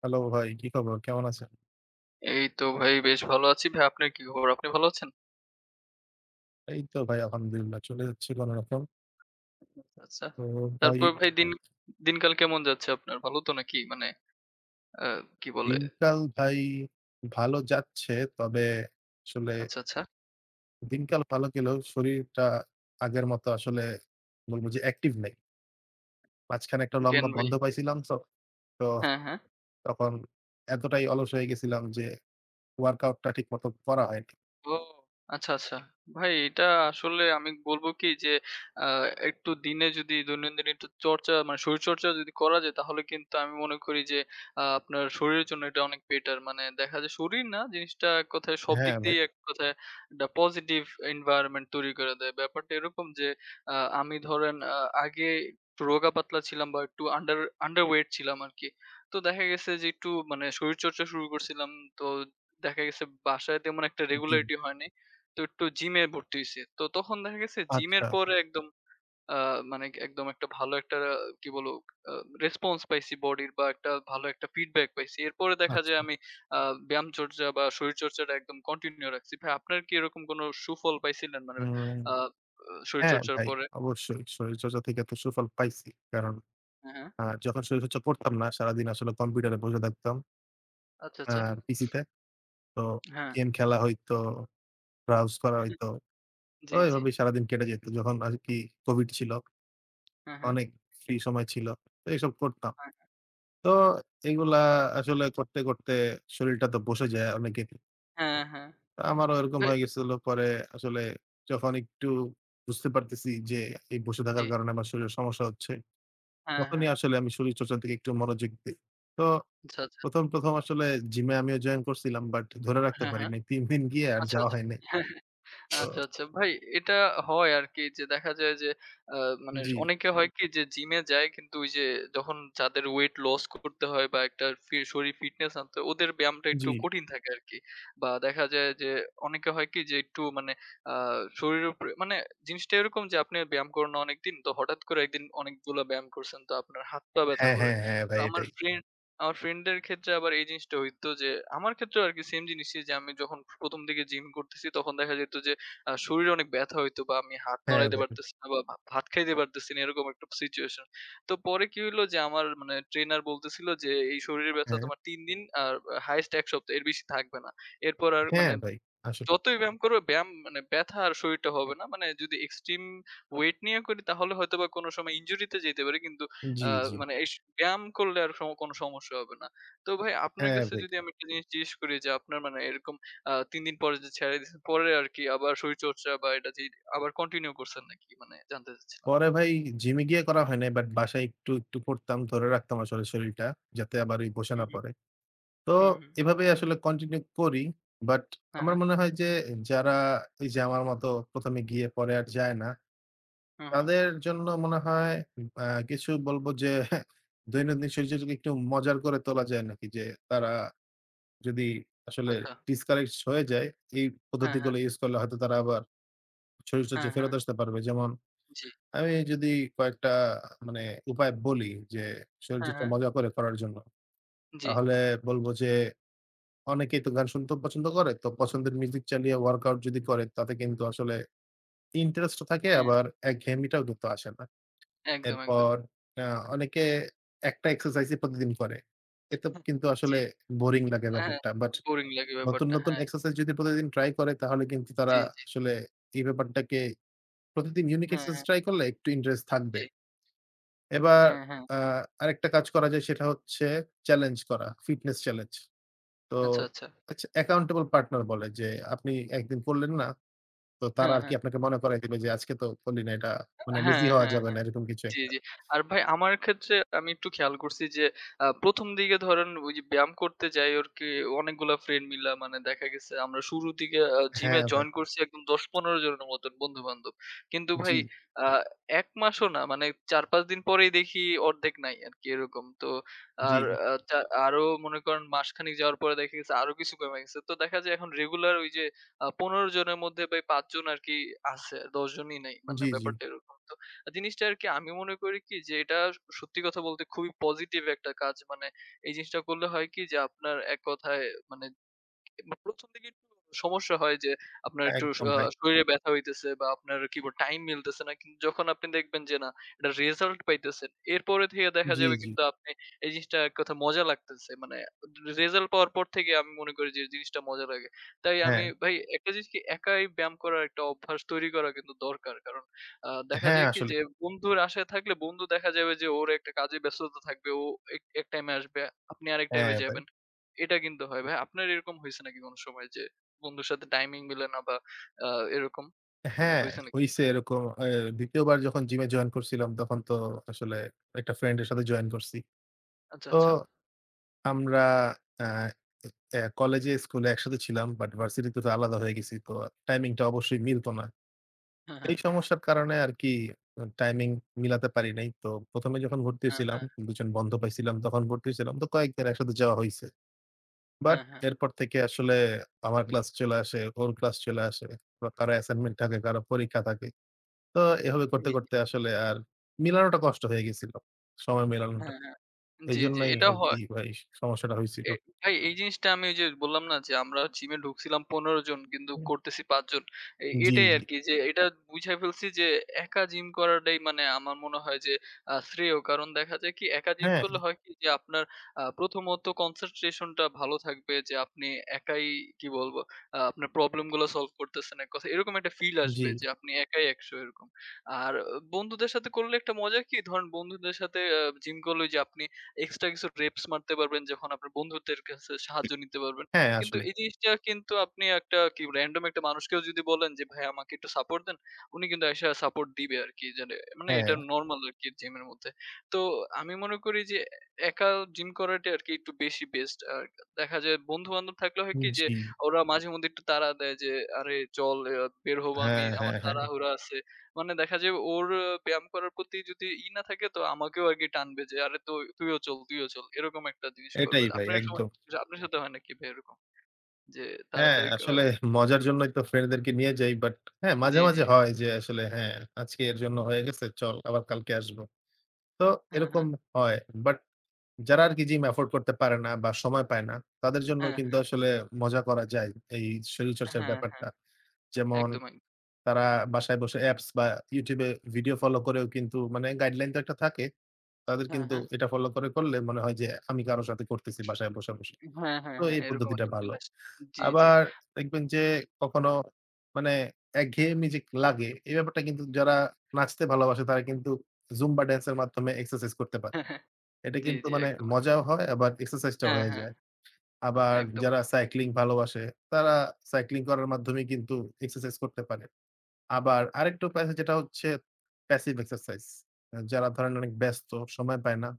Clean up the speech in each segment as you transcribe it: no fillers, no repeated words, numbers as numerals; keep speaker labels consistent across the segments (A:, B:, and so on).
A: Hello ভাই, কি খবর? কেমন আছেন?
B: এই তো ভাই বেশ ভালো আছি। ভাই আপনার কি খবর? আপনি ভালো আছেন?
A: এই তো ভাই আলহামদুলিল্লাহ চলে যাচ্ছে কোনরকম।
B: আচ্ছা, আচ্ছা।
A: তো ভাই
B: তারপর ভাই দিনকাল কেমন যাচ্ছে আপনার? ভালো তো নাকি? মানে আ কি বলে?
A: দিনকাল ভাই ভালো যাচ্ছে। তবে আসলে
B: আচ্ছা, আচ্ছা।
A: দিনকাল ভালো গেলেও শরীরটা আগের মতো আসলে বলব যে অ্যাক্টিভ নেই। মাঝখানে একটা
B: জ্ঞান
A: লম্বা
B: ভাই,
A: বন্ধ পাইছিলাম তো। তো
B: হ্যাঁ, হ্যাঁ।
A: তখন এতটাই অলস হয়ে গেছিলাম যে ওয়ার্কআউট টা ঠিক মতো করা হয়নি।
B: ও! আচ্ছা, আচ্ছা। ভাই এটা আসলে আমি বলব কি যে আ একটু দিনে যদি দৈনন্দিন একটু চর্চা মানে শরীরচর্চা যদি করা যায় তাহলে কিন্তু আমি মনে করি যে আপনার শরীরের জন্য এটা অনেক বেটার। মানে দেখা যায় শরীর না জিনিসটা এক কথায় সব দিক
A: হ্যাঁ ভাই।
B: দিয়ে এক কথায় একটা পজিটিভ environment তৈরি করে দেয়। ব্যাপারটা এরকম যে আ আমি ধরেন আগে একটু রোগা পাতলা ছিলাম বা একটু আন্ডারওয়েট ছিলাম আরকি। তো দেখা গেছে যে একটু মানে শরীরচর্চা শুরু করছিলাম। তো দেখা গেছে বাসায় তেমন একটা
A: জি।
B: regularity হয় নাই। তো একটু জিমে ভর্তি হইছি। তো তখন দেখা গেছে জিমের
A: আচ্ছা,
B: পরে একদম আ মানে একদম একটা ভালো একটা কি বলবো আ রেসপন্স পাইছি বডির বা একটা ভালো একটা ফিডব্যাক পাইছি। এরপরে দেখা
A: আচ্ছা।
B: যায় আমি আ ব্যায়াম চর্চা বা শরীরচর্চাটা একদম কন্টিনিউ রাখছি। ভাই আপনার কি এরকম কোনো সুফল পাইছিলেন মানে
A: হুম,
B: আ
A: হ্যাঁ
B: শরীরচর্চার
A: ভাই
B: পরে?
A: অবশ্যই শরীরচর্চা থেকে তো সুফল পাইছি। কারণ
B: হ্যাঁ, হ্যাঁ।
A: যখন শরীরচর্চা করতাম না, সারাদিন আসলে কম্পিউটারে বসে থাকতাম,
B: আচ্ছা,
A: আ
B: আচ্ছা।
A: পিসিতে। তো
B: হ্যাঁ।
A: গেম খেলা হইতো, ব্রাউজ করা হইতো। তো
B: জি, জি।
A: এভাবেই সারাদিন কেটে যেত। যখন আরকি কোভিড ছিল,
B: হ্যাঁ, হ্যাঁ।
A: অনেক ফ্রি সময় ছিল। তো এসব করতাম।
B: হ্যাঁ,
A: তো এগুলা আসলে করতে শরীরটা তো বসে যায় অনেকেরই।
B: হ্যাঁ, হ্যাঁ।
A: তো আমারও এরকম
B: ভাই,
A: হয়ে গেছিল। পরে আসলে যখন একটু বুঝতে পারতেছি যে এই বসে
B: জি।
A: থাকার কারণে আমার শরীরে সমস্যা হচ্ছে,
B: হ্যাঁ, হ্যাঁ।
A: তখনই আসলে আমি শরীরচর্চার দিকে একটু মনোযোগ দেই। তো
B: আচ্ছা, আচ্ছা।
A: প্রথম আসলে জিমে আমিও জয়েন করছিলাম বাট ধরে রাখতে
B: হ্যাঁ,
A: পারি
B: হ্যাঁ।
A: নাই। ৩ দিন গিয়ে আর
B: আচ্ছা,
A: যাওয়া
B: আচ্ছা।
A: হয় নাই। তো
B: আচ্ছা, আচ্ছা। ভাই এটা হয় আরকি যে দেখা যায় যে আ মানে
A: জি,
B: অনেকে, হুম। হয় কি যে জিমে যায় কিন্তু ওই যে যখন যাদের ওয়েট লস করতে হয় বা একটা ফি শরীর ফিটনেস আনতে হয় ওদের ব্যায়ামটা একটু
A: জি।
B: কঠিন থাকে আরকি। বা দেখা যায় যে অনেকে হয় কি যে একটু মানে আ শরীরের উপরে মানে জিনিসটা এরকম যে আপনি ব্যায়াম করেন না অনেকদিন তো হঠাৎ করে একদিন অনেকগুলা ব্যায়াম করছেন তো আপনার হাত পা ব্যাথা
A: হ্যাঁ,
B: করে।
A: হ্যাঁ, হ্যাঁ
B: তো
A: ভাই
B: হুম।
A: এটাই।
B: আমার ফ্রেন্ডের ক্ষেত্রে আবার এই জিনিসটা হইতো যে আমার ক্ষেত্রেও আরকি সেম জিনিসই যে আমি যখন ১ম দিকে জিম করতেছি তখন দেখা যেত যে শরীরে অনেক ব্যাথা হইতো বা আমি হাত
A: হ্যাঁ
B: নড়াইতে
A: ভাই।
B: পারতেছি না বা ভাত খাইতে পারতেছি না এরকম একটা সিচুয়েশন। তো পরে কি হইলো যে আমার মানে ট্রেনার বলতেছিল যে, "এই শরীরের ব্যাথা
A: হ্যাঁ,
B: তোমার ৩ দিন আর হাইয়েস্ট ১ সপ্তাহ এর বেশি থাকবে না। এরপর আর মানে
A: হ্যাঁ ভাই। আসলে
B: যতই ব্যায়াম করবে, ব্যায়াম মানে ব্যাথা আর শরীরটা হবে না। মানে যদি এক্সট্রিম ওয়েট নিয়ে করি তাহলে হয়তোবা কোনো সময় ইনজুরিতে যেতে পারি। কিন্তু আ
A: জি, জি।
B: মানে ব্যায়াম করলে আর সম কোনো সমস্যা হবে না।" তো ভাই আপনার
A: হ্যাঁ
B: কাছে
A: ভাই।
B: যদি আমি একটা জিনিস জিজ্ঞেস করি যে আপনার মানে এরকম ৩ দিন পরে যে ছেড়ে দিয়েছেন, পরে আরকি আবার শরীরচর্চা বা এটা যে আবার কন্টিনিউ করছেন নাকি? মানে জানতে চাচ্ছিলাম।
A: পরে ভাই জিমে গিয়ে করা হয় নাই বাট বাসায় একটু করতাম। ধরে রাখতাম আসলে শরীরটা যাতে আবার ওই বসে
B: হুম,
A: না
B: হুম।
A: পড়ে। তো
B: হুম, হুম।
A: এভাবেই আসলে কন্টিনিউ করি। বাট
B: হ্যাঁ,
A: আমার
B: হ্যাঁ।
A: মনে হয় যে যারা এই যে আমার মতো ১ম এ গিয়ে পরে আর যায় না
B: হুম, হুম।
A: তাদের জন্য মনে হয় আ কিছু বলবো যে দৈনন্দিন সূর্যটাকে একটু মজার করে তোলা যায় নাকি? যে তারা যদি আসলে
B: আচ্ছা।
A: ডিসকানেক্ট হয়ে যায়, এই
B: হ্যাঁ, হ্যাঁ।
A: পদ্ধতিগুলো ইউজ করলে হয়তো তারা আবার শরীর
B: হ্যাঁ,
A: চর্চায়
B: হ্যাঁ।
A: ফেরত আসতে পারবে। যেমন
B: জি।
A: আমি যদি কয়েকটা মানে উপায় বলি যে
B: হ্যাঁ,
A: শরীরচর্চা
B: হ্যাঁ।
A: মজা করে করার জন্য।
B: জি।
A: তাহলে বলব যে অনেকেই তো গান শুনতেও পছন্দ করে। তো পছন্দের মিউজিক চালিয়ে ওয়ার্কআউট যদি করে তাতে কিন্তু আসলে ইন্টারেস্টও থাকে
B: হ্যাঁ।
A: আবার একঘেয়েমিটাও কিন্তু আসে না।
B: একদম, একদম।
A: এরপর আ অনেকে একটা এক্সারসাইজই প্রতিদিন করে। এতে কিন্তু
B: জি।
A: আসলে বোরিং লাগে
B: হ্যাঁ,
A: ব্যাপারটা। বাট
B: বোরিং লাগে
A: নতুন,
B: ব্যাপারটা।
A: নতুন
B: হ্যাঁ,
A: এক্সারসাইজ যদি প্রতিদিন ট্রাই করে তাহলে কিন্তু তারা
B: জি, জি।
A: আসলে এই ব্যাপারটাকে প্রতিদিন ইউনিক
B: হ্যাঁ,
A: এক্সারসাইজ
B: হ্যাঁ,
A: ট্রাই করলে একটু ইন্টারেস্ট
B: জি।
A: থাকবে। এবার
B: হ্যাঁ, হ্যাঁ।
A: আ আরেকটা কাজ করা যায় সেটা হচ্ছে চ্যালেঞ্জ করা, ফিটনেস চ্যালেঞ্জ। তো
B: আচ্ছা, আচ্ছা।
A: আচ্ছা অ্যাকাউন্টেবল পার্টনার বলে যে আপনি একদিন করলেন না, তো তারা
B: হ্যাঁ,
A: আরকি
B: হ্যাঁ।
A: আপনাকে মনে করায় দিবে যে আজকে তো করলি না এটা মানে লেজি
B: হ্যাঁ,
A: হওয়া
B: হ্যাঁ।
A: যাবে না এরকম কিছু
B: জি,
A: একটা।
B: জি। আর ভাই আমার ক্ষেত্রে আমি একটু খেয়াল করছি যে ১ম দিকে ধরেন ওই যে ব্যায়াম করতে যাই আরকি অনেকগুলা ফ্রেন্ড মিলা মানে দেখা গেছে আমরা শুরুর দিকে জিমে
A: হ্যাঁ, ভাই।
B: জয়েন করছি একদম ১০-১৫ জনের মতন বন্ধু-বান্ধব। কিন্তু
A: জি,
B: ভাই আ ১ মাসও না মানে ৪-৫ দিন পরেই দেখি অর্ধেক নাই আরকি এরকম। তো
A: জি।
B: আর আ চা আরো মনে করেন মাসখানেক যাওয়ার পরে দেখা গেছে আরো কিছু কমে গেছে। তো দেখা যায় এখন রেগুলার ওই যে ১৫ জনের মধ্যে ভাই ৫ জন আরকি আছে, ১০ জনই নাই। মানে
A: জি, জি।
B: ব্যাপারটা এরকম। জিনিসটা আরকি আমি মনে করি কি যে এটা সত্যি কথা বলতে খুবই পজিটিভ একটা কাজ। মানে এই জিনিসটা করলে হয় কি যে আপনার এক কথায় মানে বা ১ম দিকে একটু সমস্যা হয় যে আপনার একটু স
A: একদম
B: আ
A: ভাই।
B: শরীরে ব্যথা হইতেছে বা আপনার কি বলে টাইম মিলতেছে না। কিন্তু যখন আপনি দেখবেন যে না এটার রেজাল্ট পাইতেছেন, এরপরে থেকে দেখা
A: জি,
B: যাবে
A: জি।
B: কিন্তু আপনি এই জিনিসটা এক কথা মজা লাগতেছে। মানে রেজাল্ট পাওয়ার পর থেকে আমি মনে করি যে জিনিসটা মজা লাগে। তাই আমি
A: হ্যাঁ,
B: ভাই একটা জিনিস কি একাই ব্যায়াম করার একটা অভ্যাস তৈরি করা কিন্তু দরকার। কারণ দেখা
A: হ্যাঁ
B: যায় কি
A: আসলেই।
B: যে বন্ধুর আশায় থাকলে বন্ধু দেখা যাবে যে ওর একটা কাজে ব্যস্ততা থাকবে। ও এক এক টাইমে আসবে, আপনি আরেক টাইমে
A: হ্যাঁ ভাই।
B: যাবেন। এটা কিন্তু হয় ভাই। আপনার এরকম হইছে নাকি কোনো সময় যে বন্ধুর সাথে টাইমিং মিলে না বা আ এরকম? মানে
A: হ্যাঁ,
B: হইছে নাকি?
A: হইছে এরকম। এ ২য় বার যখন জিমে জয়েন করছিলাম তখন তো আসলে একটা ফ্রেন্ডের সাথে জয়েন করছি।
B: আচ্ছা,
A: তো
B: আচ্ছা।
A: আমরা আ এ কলেজে স্কুলে একসাথে ছিলাম বাট ভার্সিটিতে তো আলাদা হয়ে গেছি। তো টাইমিংটা অবশ্যই মিলত না।
B: হ্যাঁ, হ্যাঁ।
A: এই সমস্যার কারণে আরকি টাইমিং মিলাতে পারি নাই। তো ১ম এ যখন ভর্তি
B: হ্যাঁ,
A: হইছিলাম,
B: হ্যাঁ।
A: ২ জন বন্ধু পাইছিলাম তখন ভর্তি হইছিলাম। তো কয়েকবার একসাথে যাওয়া হইছে। বাট
B: হ্যাঁ, হ্যাঁ।
A: এরপর থেকে আসলে আমার ক্লাস চলে আসে, ওর ক্লাস চলে আসে। বা কারো অ্যাসাইনমেন্ট থাকে, কারো পরীক্ষা থাকে। তো এভাবে করতে,
B: জি, জি।
A: করতে আসলে আর মিলানোটা কষ্ট হয়ে গেছিল। সময় মেলানোটা।
B: হ্যাঁ, হ্যাঁ। জি, জি।
A: এইজন্যই
B: এটা
A: আরকি
B: হয়।
A: ভাই সমস্যাটা হইছিল।
B: এ ভাই এই জিনিসটা আমি ওই যে বললাম না যে আমরা জিমে ঢুকছিলাম ১৫ জন কিন্তু করতেছি ৫ জন।
A: জি,
B: এটাই
A: জি।
B: আরকি যে এটা বুঝাই ফেলছি যে একা জিম করাটাই মানে আমার মনে হয় যে শ্রেয়। কারণ দেখা যায় কি একা জিম
A: হ্যাঁ,
B: করলে হয় কি যে আপনার প্রথমত কনসেনট্রেশন টা ভালো থাকবে যে আপনি একাই কি বলবো আপনার প্রবলেম গুলো সলভ করতেছেন এক কথায়। এরকম একটা ফিল
A: জি।
B: আসবে যে আপনি একাই ১০০ এরকম। আর আহ, বন্ধুদের সাথে করলে একটা মজা কি ধরেন বন্ধুদের সাথে জিম করলে ওই যে আপনি এক্সট্রা কিছু reps মারতে পারবেন যখন আপনার বন্ধুদের কাছে সাহায্য নিতে পারবেন।
A: হ্যাঁ,
B: কিন্তু
A: আসলে।
B: এই জিনিসটা কিন্তু আপনি একটা কি র‍্যান্ডম একটা মানুষকেও যদি বলেন যে, "ভাই আমাকে একটু সাপোর্ট দেন।" উনি কিন্তু আইসা সাপোর্ট দিবে আরকি। জানে মানে এটা
A: হ্যাঁ,
B: নরমাল আরকি জিমের মধ্যে। তো আমি মনে করি যে একা জিম করাটা আরকি একটু বেশি বেস্ট। আর দেখা যায় বন্ধু-বান্ধব থাকলে হয় কি যে
A: জি।
B: ওরা মাঝেমধ্যে একটু তাড়া দেয় যে, "আরে চল বের হবো আমি।
A: হ্যাঁ,
B: আমার
A: হ্যাঁ, হ্যাঁ।
B: তাড়াহুড়া আছে।" মানে দেখা যায় ওর আহ, ব্যায়াম করার প্রতি যদি ই না থাকে তো আমাকেও আরকি টানবে যে, "আরে তো তুইও চল, তুইও চল।" এরকম একটা জিনিস করবে।
A: এটাই ভাই
B: আপনার সময়
A: একদম।
B: যে আপনার সাথে হয় নাকি ভাই এরকম? যে
A: হ্যাঁ,
B: তাড়াতাড়ি
A: আসলে মজার জন্যই তো ফ্রেন্ডদেরকে নিয়ে যাই। বাট হ্যাঁ,
B: জি,
A: মাঝে,
B: জি।
A: মাঝে হয় যে আসলে হ্যাঁ, আজকে এর জন্য হয়ে গেছে। চল আবার কালকে আসবো। তো
B: হ্যাঁ,
A: এরকম
B: হ্যাঁ।
A: হয়। বাট যারা আরকি জিম এফোর্ড করতে পারে না বা সময় পায় না, তাদের জন্য
B: হ্যাঁ,
A: কিন্তু
B: হ্যাঁ।
A: আসলে মজা করা যায় এই শরীরচর্চার
B: হ্যাঁ, হ্যাঁ।
A: ব্যাপারটা। যেমন
B: একদম, একদম।
A: তারা বাসায় বসে অ্যাপস বা YouTube এ ভিডিও ফলো করেও কিন্তু মানে গাইডলাইন তো একটা থাকে। তাদের
B: হ্যাঁ,
A: কিন্তু
B: হ্যাঁ।
A: এটা ফলো করে করলে মনে হয় যে আমি কারো সাথে করতেছি বাসায় বসে।
B: হ্যাঁ, হ্যাঁ,
A: তো
B: হ্যাঁ।
A: এই
B: এরকম
A: পদ্ধতিটা
B: একটা ফিল
A: ভালো।
B: আসে। জি, জি।
A: আবার দেখবেন যে কখনো মানে একঘেয়েমি যে লাগে, এই ব্যাপারটা কিন্তু যারা নাচতে ভালোবাসে তারা কিন্তু জুম্বা ড্যান্সের মাধ্যমে এক্সারসাইজ করতে পারে।
B: হ্যাঁ, হ্যাঁ।
A: এটা
B: জি,
A: কিন্তু
B: জি।
A: মানে
B: একদম। একদম।
A: মজাও হয় আবার এক্সারসাইজটা
B: হ্যাঁ,
A: হয়ে
B: হ্যাঁ।
A: যায়। আবার
B: একদম।
A: যারা সাইক্লিং ভালোবাসে তারা সাইক্লিং করার মাধ্যমে কিন্তু এক্সারসাইজ করতে পারে। আবার আরেকটা উপায় আছে যেটা হচ্ছে প্যাসিভ এক্সারসাইজ। যারা ধরেন অনেক ব্যস্ত, সময় পায় না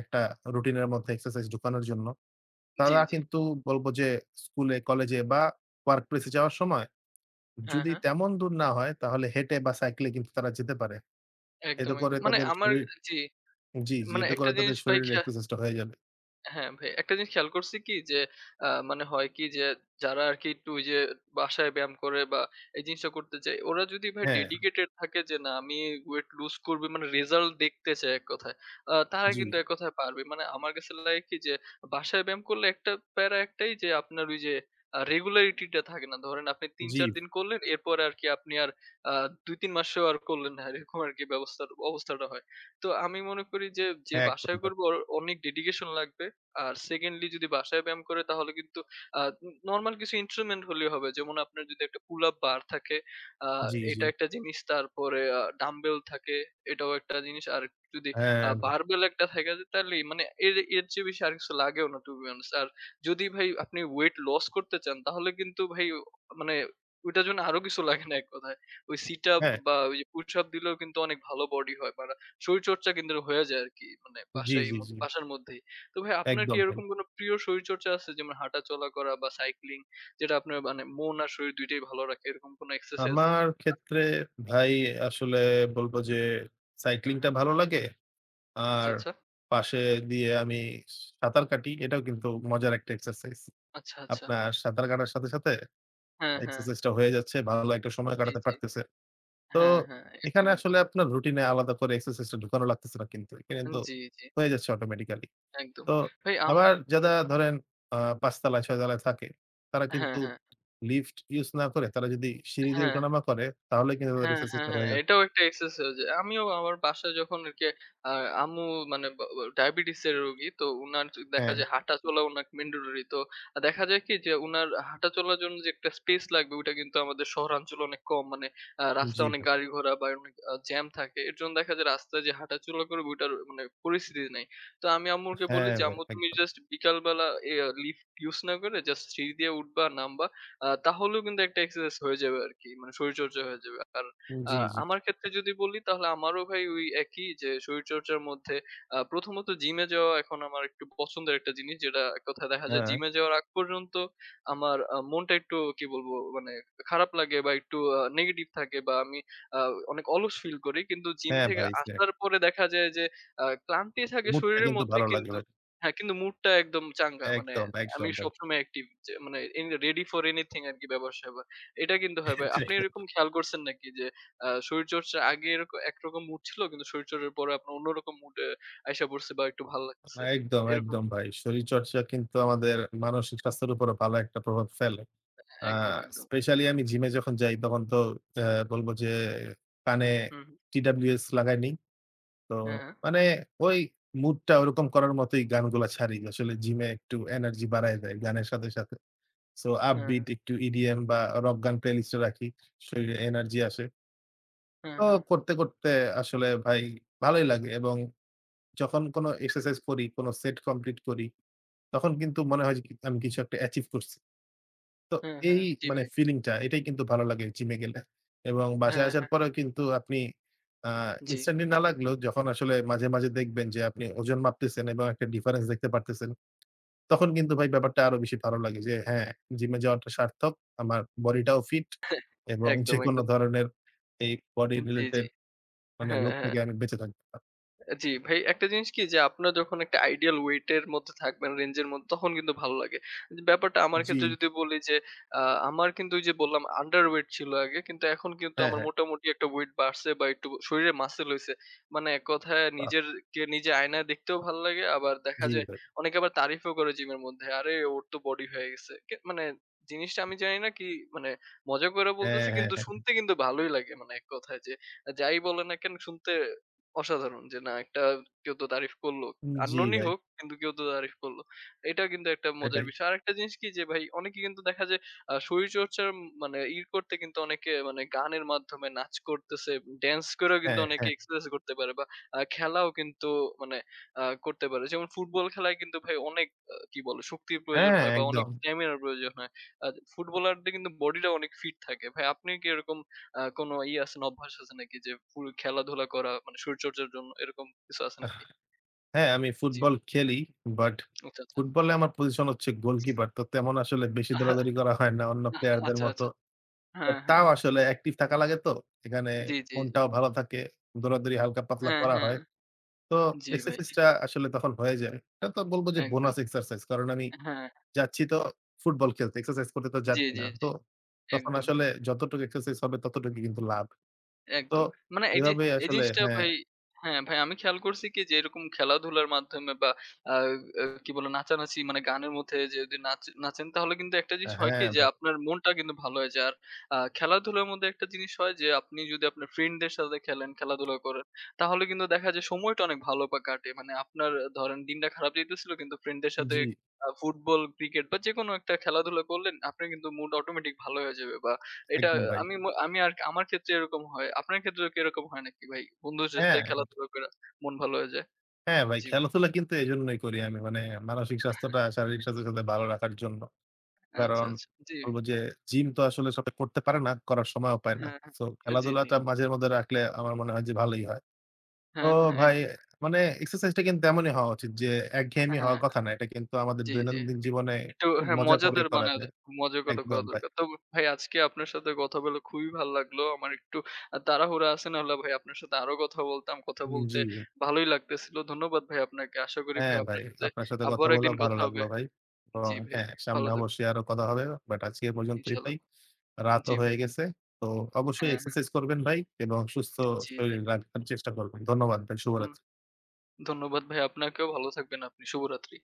A: একটা রুটিনের মধ্যে এক্সারসাইজ ঢুকানোর জন্য।
B: জি,
A: তারা
B: জি।
A: কিন্তু বলব যে স্কুলে, কলেজে বা ওয়ার্ক প্লেস এ যাওয়ার সময়
B: হ্যাঁ,
A: যদি
B: হ্যাঁ।
A: তেমন দূর না হয় তাহলে হেঁটে বা সাইকেলে কিন্তু তারা যেতে পারে।
B: একদম,
A: এতে করে
B: একদম। মানে
A: তাদের
B: আমার
A: শরীর
B: জি।
A: জি, জি
B: মানে
A: এতে
B: একটা
A: করে তাদের
B: জিনিস ভাই
A: শরীরের
B: খেয়া
A: এক্সারসাইজটা হয়ে যাবে।
B: হ্যাঁ ভাই, একটা জিনিস খেয়াল করছি কি যে মানে হয় কি যে যারা আরকি একটু ওই যে বাসায় ব্যায়াম করে বা এই জিনিসটা করতে চায়, ওরা যদি ভাই
A: হ্যাঁ,
B: ডেডিকেটেড থাকে যে না আমি ওয়েট লুজ করব মানে রেজাল্ট দেখতে চায় এক কথায়। তারা
A: জি।
B: কিন্তু এক কথায় পারবে। মানে আমার কাছে লাগে কি যে বাসায় ব্যায়াম করলে একটা প্যারা একটাই যে আপনার ওই যে রেগুলারিটিটা থাকে না। ধরেন আপনি
A: জি,
B: ৩-৪ দিন করলেন এরপরে আরকি আপনি আর আ ২-৩ মাসেও আর করলেন না। এরকম আরকি ব্যবস্থার অবস্থাটা হয়। তো আমি মনে করি যে, যে
A: হ্যাঁ, একদম
B: বাসায়
A: ভাই।
B: করবে ওর অনেক ডেডিকেশন লাগবে। আর সেকেন্ডলি যদি বাসায় ব্যায়াম করে তাহলে কিন্তু আ নরমাল কিছু ইন্সট্রুমেন্ট হলেই হবে। যেমন আপনার যদি একটা পুল আপ বার থাকে আ
A: জি, জি।
B: এটা একটা জিনিস। তারপরে ডাম্বেল থাকে এটাও একটা জিনিস। আর যদি
A: হ্যাঁ, ভাই।
B: বারবেল একটা থাকে যে, তাহলে মানে এর এর চেয়ে বেশি আর কিছু লাগেও না টু বি অনেস্ট। আর যদি ভাই আপনি ওয়েট লস করতে চান তাহলে কিন্তু ভাই মানে ওইটার জন্য আরো কিছু লাগে না এক কথায়। ওই সিট আপ
A: হ্যাঁ,
B: বা ওই যে পুশ আপ দিলেও কিন্তু অনেক ভালো বডি হয়। বা শরীরচর্চা কিন্তু হয়ে যায় আরকি মানে
A: জি,
B: বাসায়
A: জি, জি।
B: বাসার মধ্যেই। তো ভাই আপনার কি
A: একদম ভাই।
B: এরকম কোনো প্রিয় শরীরচর্চা আছে? যেমন হাঁটা চলা করা বা সাইক্লিং যেটা আপনার মানে মন আর শরীর ২ টাই ভালো রাখে এরকম কোনো এক্সারসাইজ?
A: আমার ক্ষেত্রে ভাই আসলে বলব যে
B: হ্যাঁ,
A: সাইক্লিংটা
B: হ্যাঁ।
A: ভালো লাগে।
B: আচ্ছা,
A: আর
B: আচ্ছা।
A: পাশে দিয়ে আমি সাঁতার কাটি। এটাও কিন্তু মজার একটা এক্সারসাইজ।
B: আচ্ছা, আচ্ছা।
A: আপনার সাঁতার কাটার সাথে
B: হ্যাঁ, হ্যাঁ।
A: এক্সারসাইজটা হয়ে যাচ্ছে। ভালো একটা সময়
B: জি,
A: কাটাতে
B: জি।
A: পারতেছে। তো
B: হ্যাঁ, হ্যাঁ। একদম,
A: এখানে
B: একদম।
A: আসলে আপনার রুটিন এ আলাদা করে এক্সারসাইজটা ঢুকানো লাগতেছে না কিন্তু। এখানে তো
B: জি, জি।
A: হয়ে যাচ্ছে অটোমেটিক্যালি।
B: একদম।
A: তো
B: ভাই আম,
A: আবার যারা ধরেন আ ৫ তলায় ৬ তলায় থাকে, তারা
B: হ্যাঁ,
A: কিন্তু
B: হ্যাঁ।
A: লিফট ইউজ না করে তারা যদি সিঁড়ি দিয়ে
B: হ্যাঁ,
A: উঠানামা করে তাহলে কিন্তু তাদের
B: হ্যাঁ, হ্যাঁ,
A: এক্সারসাইজটা
B: হ্যাঁ।
A: হয়ে যাচ্ছে।
B: এটাও একটা এক্সারসাইজ। আমিও আমার বাসায় যখন আরকি আ আম্মু মানে ব ব ডায়াবেটিস এর রোগী। তো উনার য দেখা
A: হ্যাঁ,
B: যায় হাঁটা-চলা উনার মেন্ডেটরি। তো দেখা যায় কি যে উনার হাঁটা-চলার জন্য যে একটা স্পেস লাগবে ওইটা কিন্তু আমাদের শহরাঞ্চলে অনেক কম। মানে
A: জি
B: রাস্তায় অনেক
A: ভাই।
B: গাড়ি ঘোড়া বা অনেক জ্যাম থাকে। এর জন্য দেখা যায় রাস্তায় যে হাঁটা-চলা করবে ওইটার মানে পরিস্থিতি নাই। তো আমি আম্মুকে বলি
A: হ্যাঁ
B: যে,
A: ভাই,
B: "আম্মু তুমি
A: একদম।
B: জাস্ট বিকালবেলা লিফট ইউজ না করে জাস্ট সিঁড়ি দিয়ে উঠবা, নামবা। তাহলেও কিন্তু একটা এক্সারসাইজ হয়ে যাবে আরকি। মানে শরীরচর্চা হয়ে যাবে।" আর আ
A: জি, জি।
B: আমার ক্ষেত্রে যদি বলি তাহলে আমারও ভাই ওই একই যে শরীরচর্চার মধ্যে প্রথমত জিমে যাওয়া এখন আমার একটু পছন্দের একটা জিনিস যেটা এক কথায় দেখা যায়
A: হ্যাঁ,
B: জিমে যাওয়ার আগ পর্যন্ত আমার মনটা একটু কি বলবো মানে খারাপ লাগে বা একটু নেগেটিভ থাকে বা আমি আ অনেক অলস ফিল করি। কিন্তু জিম
A: হ্যাঁ
B: থেকে
A: ভাই। এক্সাক্ট।
B: আসার পরে দেখা যায় যে ক্লান্তি থাকে
A: মুডটা
B: শরীরের
A: কিন্তু
B: মধ্যে,
A: ভালো লাগে
B: কিন্তু
A: ভাই।
B: হ্যাঁ, কিন্তু মুডটা একদম চাঙ্গা। মানে
A: একদম,
B: আমি
A: একদম ভাই।
B: সবসময় অ্যাক্টিভ যে মানে রেডি ফর এনিথিং আরকি ব্যাপার-স্যাপার। এটা কিন্তু হয় ভাই। আপনি এরকম খেয়াল করছেন নাকি যে শরীরচর্চার আগে এরক একরকম মুড ছিল কিন্তু শরীরচর্চার পরে আপনার অন্যরকম মুডে আইসা পড়ছে বা একটু ভাল লাগতেছে।
A: একদম,
B: এরকম
A: একদম ভাই। শরীরচর্চা কিন্তু আমাদের মানসিক স্বাস্থ্যের উপরও ভালো একটা প্রভাব ফেলে। আ
B: একদম, একদম।
A: স্পেশালি আমি জিমে যখন যাই তখন তো অ্যা বলব যে কানে
B: হুম, হুম।
A: TWS লাগাই নেই। তো
B: হ্যাঁ, হ্যাঁ,
A: মানে ওই মুডটা ওরকম করার মতোই গানগুলা ছাড়ি। আসলে জিমে একটু এনার্জি বাড়ায় দেয় গানের সাথে। সো
B: হ্যাঁ,
A: আপবিট একটু EDM বা রক গান প্লেলিস্ট এ রাখি। শরীরে এনার্জি আসে।
B: হ্যাঁ,
A: তো
B: হ্যাঁ,
A: করতে আসলে ভাই ভালোই লাগে এবং যখন কোন এক্সারসাইজ করি, কোন সেট কমপ্লিট করি, তখন কিন্তু মনে হয় যে কি আমি কিছু একটা অ্যাচিভ করছি। তো
B: হ্যাঁ, হ্যাঁ,
A: এই
B: হ্যাঁ। জি
A: মানে
B: ভাই।
A: ফিলিংটা এটাই কিন্তু ভালো লাগে জিমে গেলে। এবং বাসায়
B: হ্যাঁ,
A: আসার
B: হ্যাঁ।
A: পরেও কিন্তু আপনি আ
B: জি।
A: ইনস্ট্যান্টলি না লাগলেও যখন আসলে মাঝে মাঝে দেখবেন যে আপনি ওজন মাপতেছেন এবং একটা ডিফারেন্স দেখতে পারতেছেন, তখন কিন্তু ভাই ব্যাপারটা আরো বেশি ভালো লাগে যে হ্যাঁ, জিমে যাওয়াটা সার্থক। আমার বডিটাও ফিট এবং
B: একদম,
A: যেকোনো
B: একদম।
A: ধরনের এই বডি
B: জি, জি।
A: রিলেটেড মানে
B: হ্যাঁ,
A: রোগ
B: হ্যাঁ।
A: থেকে আমি বেঁচে থাকতে পারব।
B: জি ভাই একটা জিনিস কি যে আপনার যখন একটা আইডিয়াল ওয়েট এর মধ্যে থাকবেন রেঞ্জের মধ্যে তখন কিন্তু ভালো লাগে। যে ব্যাপারটা আমার
A: জি।
B: ক্ষেত্রে যদি বলি যে আ আমার কিন্তু ওই যে বললাম আন্ডার ওয়েট ছিল আগে, কিন্তু এখন কিন্তু
A: হ্যাঁ,
B: আমার
A: হ্যাঁ।
B: মোটামুটি একটা ওয়েট বাড়ছে বা একটু শরীরে মাসল হইছে। মানে এক কথায়
A: বাহ!
B: নিজেরকে নিজে আয়নায় দেখতেও ভালো লাগে আবার দেখা
A: জি
B: যায়
A: ভাই।
B: অনেকে আবার তারিফও করে জিমের মধ্যে। আরে ওর তো বডি হয়ে গেছে। কে মানে জিনিসটা আমি জানি না কি, মানে মজা করে
A: হ্যাঁ,
B: বলতেছি
A: হ্যাঁ,
B: কিন্তু
A: হ্যাঁ।
B: শুনতে কিন্তু ভালোই লাগে মানে এক কথায় যে যাই বলে না কেন শুনতে অসাধারণ যে না একটা কেউ তো তারিফ করলো।
A: জি
B: unknown ই
A: ভাই।
B: হোক কিন্তু কেউ তো তারিফ করলো। এটা কিন্তু একটা মজার
A: এটাই।
B: বিষয়। আরেকটা জিনিস কি যে ভাই অনেকে কিন্তু দেখা যায় শরীরচর্চার মানে ই করতে কিন্তু অনেকে মানে গানের মাধ্যমে নাচ করতেছে, ড্যান্স করেও কিন্তু
A: হ্যাঁ,
B: অনেকে
A: হ্যাঁ।
B: এক্সারসাইজ করতে পারে বা খেলাও কিন্তু মানে করতে পারে। যেমন ফুটবল খেলায় কিন্তু ভাই অনেক কি বলে শক্তির প্রয়োজন
A: হ্যাঁ,
B: হয় বা অনেক
A: একদম।
B: স্ট্যামিনার প্রয়োজন হয়। আর ফুটবলারদের কিন্তু বডিটা অনেক ফিট থাকে। ভাই আপনি কি এরকম কোনো ই আছে না অভ্যাস আছে নাকি যে ফুল খেলাধুলা করা মানে শরীরচর্চার জন্য এরকম কিছু আছে নাকি?
A: হ্যাঁ, আমি
B: জি,
A: ফুটবল
B: জি।
A: খেলি। বাট
B: আচ্ছা, আচ্ছা।
A: ফুটবলে আমার পজিশন হচ্ছে গোলকিপার। তো তেমন আসলে বেশি দৌড়াদৌড়ি করা হয় না অন্য প্লেয়ারদের
B: আচ্ছা,
A: মতো।
B: আচ্ছা।
A: বাট
B: হ্যাঁ, হ্যাঁ।
A: তাও আসলে অ্যাক্টিভ থাকা লাগে তো। এখানে
B: জি, জি, জি।
A: মনটাও ভালো থাকে। দৌড়াদৌড়ি হালকা পাতলা
B: হ্যাঁ,
A: করা
B: হ্যাঁ।
A: হয়। তো
B: জি ভাই,
A: এক্সারসাইজটা আসলে তখন হয়ে যায়। এটা তো বলব যে
B: একদম।
A: Bonus exercise. কারণ আমি
B: হ্যাঁ।
A: যাচ্ছি তো ফুটবল খেলতে। এক্সারসাইজ করতে তো
B: জি,
A: যাচ্ছি
B: জি,
A: না।
B: জি।
A: তো তখন
B: একদম।
A: আসলে যতটুকু এক্সারসাইজ হবে ততটুকুই কিন্তু লাভ। তো
B: একদম। মানে এই যে
A: এভাবেই
B: এই
A: আসলে
B: জিনিসটা
A: হ্যাঁ,
B: ভাই, হ্যাঁ, ভাই আমি খেয়াল করছি কি যে এরকম খেলাধুলার মাধ্যমে বা আ আ কি বলে নাচানাচি মানে গানের মধ্যে যে যদি নাচ নাচেন তাহলে কিন্তু একটা জিনিস হয় কি
A: হ্যাঁ
B: যে
A: ভাই।
B: আপনার মনটা কিন্তু ভালো হয়ে যায়। আর খেলাধুলার মধ্যে একটা জিনিস হয় যে আপনি যদি আপনার ফ্রেন্ডদের সাথে খেলেন, খেলাধুলা করেন তাহলে কিন্তু দেখা যায় সময়টা অনেক ভালো বা কাটে। মানে আপনার ধরেন দিনটা খারাপ যেতেছিল কিন্তু ফ্রেন্ডদের সাথে
A: জি,
B: ফুটবল, ক্রিকেট বা যেকোনো একটা খেলাধুলা করলেন আপনার কিন্তু মুড অটোমেটিক ভালো হয়ে যাবে বা এটা
A: একদম ভাই।
B: আমি আর আমার ক্ষেত্রে এরকম হয়। আপনার ক্ষেত্রেও কি এরকম হয় নাকি ভাই? বন্ধুদের সাথে
A: হ্যাঁ।
B: খেলাধুলা করে মন ভালো হয়ে যায়?
A: হ্যাঁ, ভাই
B: জি।
A: খেলাধুলা কিন্তু এজন্যই করি আমি। মানে মানসিক স্বাস্থ্যটা শারীরিক স্বাস্থ্যের সাথে ভালো রাখার জন্য।
B: আচ্ছা,
A: কারণ
B: আচ্ছা। জি।
A: বলব যে জিম তো আসলে সবাই করতে পারে না, করার সময়ও পায় না।
B: হ্যাঁ, হ্যাঁ।
A: সো
B: আ জি, জি।
A: খেলাধুলাটা মাঝের মধ্যে রাখলে আমার মনে হয় যে ভালোই হয়। তো
B: হ্যাঁ, হ্যাঁ
A: ভাই
B: একদম।
A: মানে এক্সারসাইজটা কিন্তু এমনই হওয়া উচিত যে একঘেয়েমি
B: হ্যাঁ,
A: হওয়ার
B: হ্যাঁ। হ্যাঁ।
A: কথা না। এটা কিন্তু আমাদের
B: জি, জি।
A: দৈনন্দিন জীবনে
B: একটু
A: খুব
B: হ্যাঁ,
A: মজা করেই
B: মজাদার
A: করা
B: বানায় দে
A: যায়।
B: মজা করে করা
A: একদম ভাই।
B: দরকার। তো ভাই আজকে আপনার সাথে কথা বলে খুবই ভাল লাগলো। আমার একটু তাড়াহুড়া আছে নাহলে ভাই আপনার সাথে আরো কথা বলতাম। কথা
A: উম
B: বলতে
A: জি ভাই।
B: ভালোই লাগতেছিল। ধন্যবাদ ভাই আপনাকে। আশা করি ভাই
A: হ্যাঁ ভাই,
B: আপনার সাথে
A: আপনার সাথে কথা
B: আবারও
A: বলেও
B: একদিন
A: ভালো
B: কথা হবে।
A: লাগলো ভাই। এবং
B: জি ভাই।
A: হ্যাঁ, সামনে
B: ভালো থাকবেন।
A: অবশ্যই আরো কথা হবে। বাট আজকে এ পর্যন্তই
B: ইনশাআল্লাহ।
A: ভাই। রাতও
B: জি
A: হয়ে
B: ভাই।
A: গেছে। তো অবশ্যই
B: হ্যাঁ। হ্যাঁ।
A: এক্সারসাইজ করবেন ভাই এবং সুস্থ
B: জি, জি।
A: শরীর রাখার চেষ্টা করবেন। ধন্যবাদ ভাই।
B: ধন
A: শুভরাত্রি।
B: ধন্যবাদ ভাই আপনাকেও। ভালো থাকবেন আপনি। শুভরাত্রি।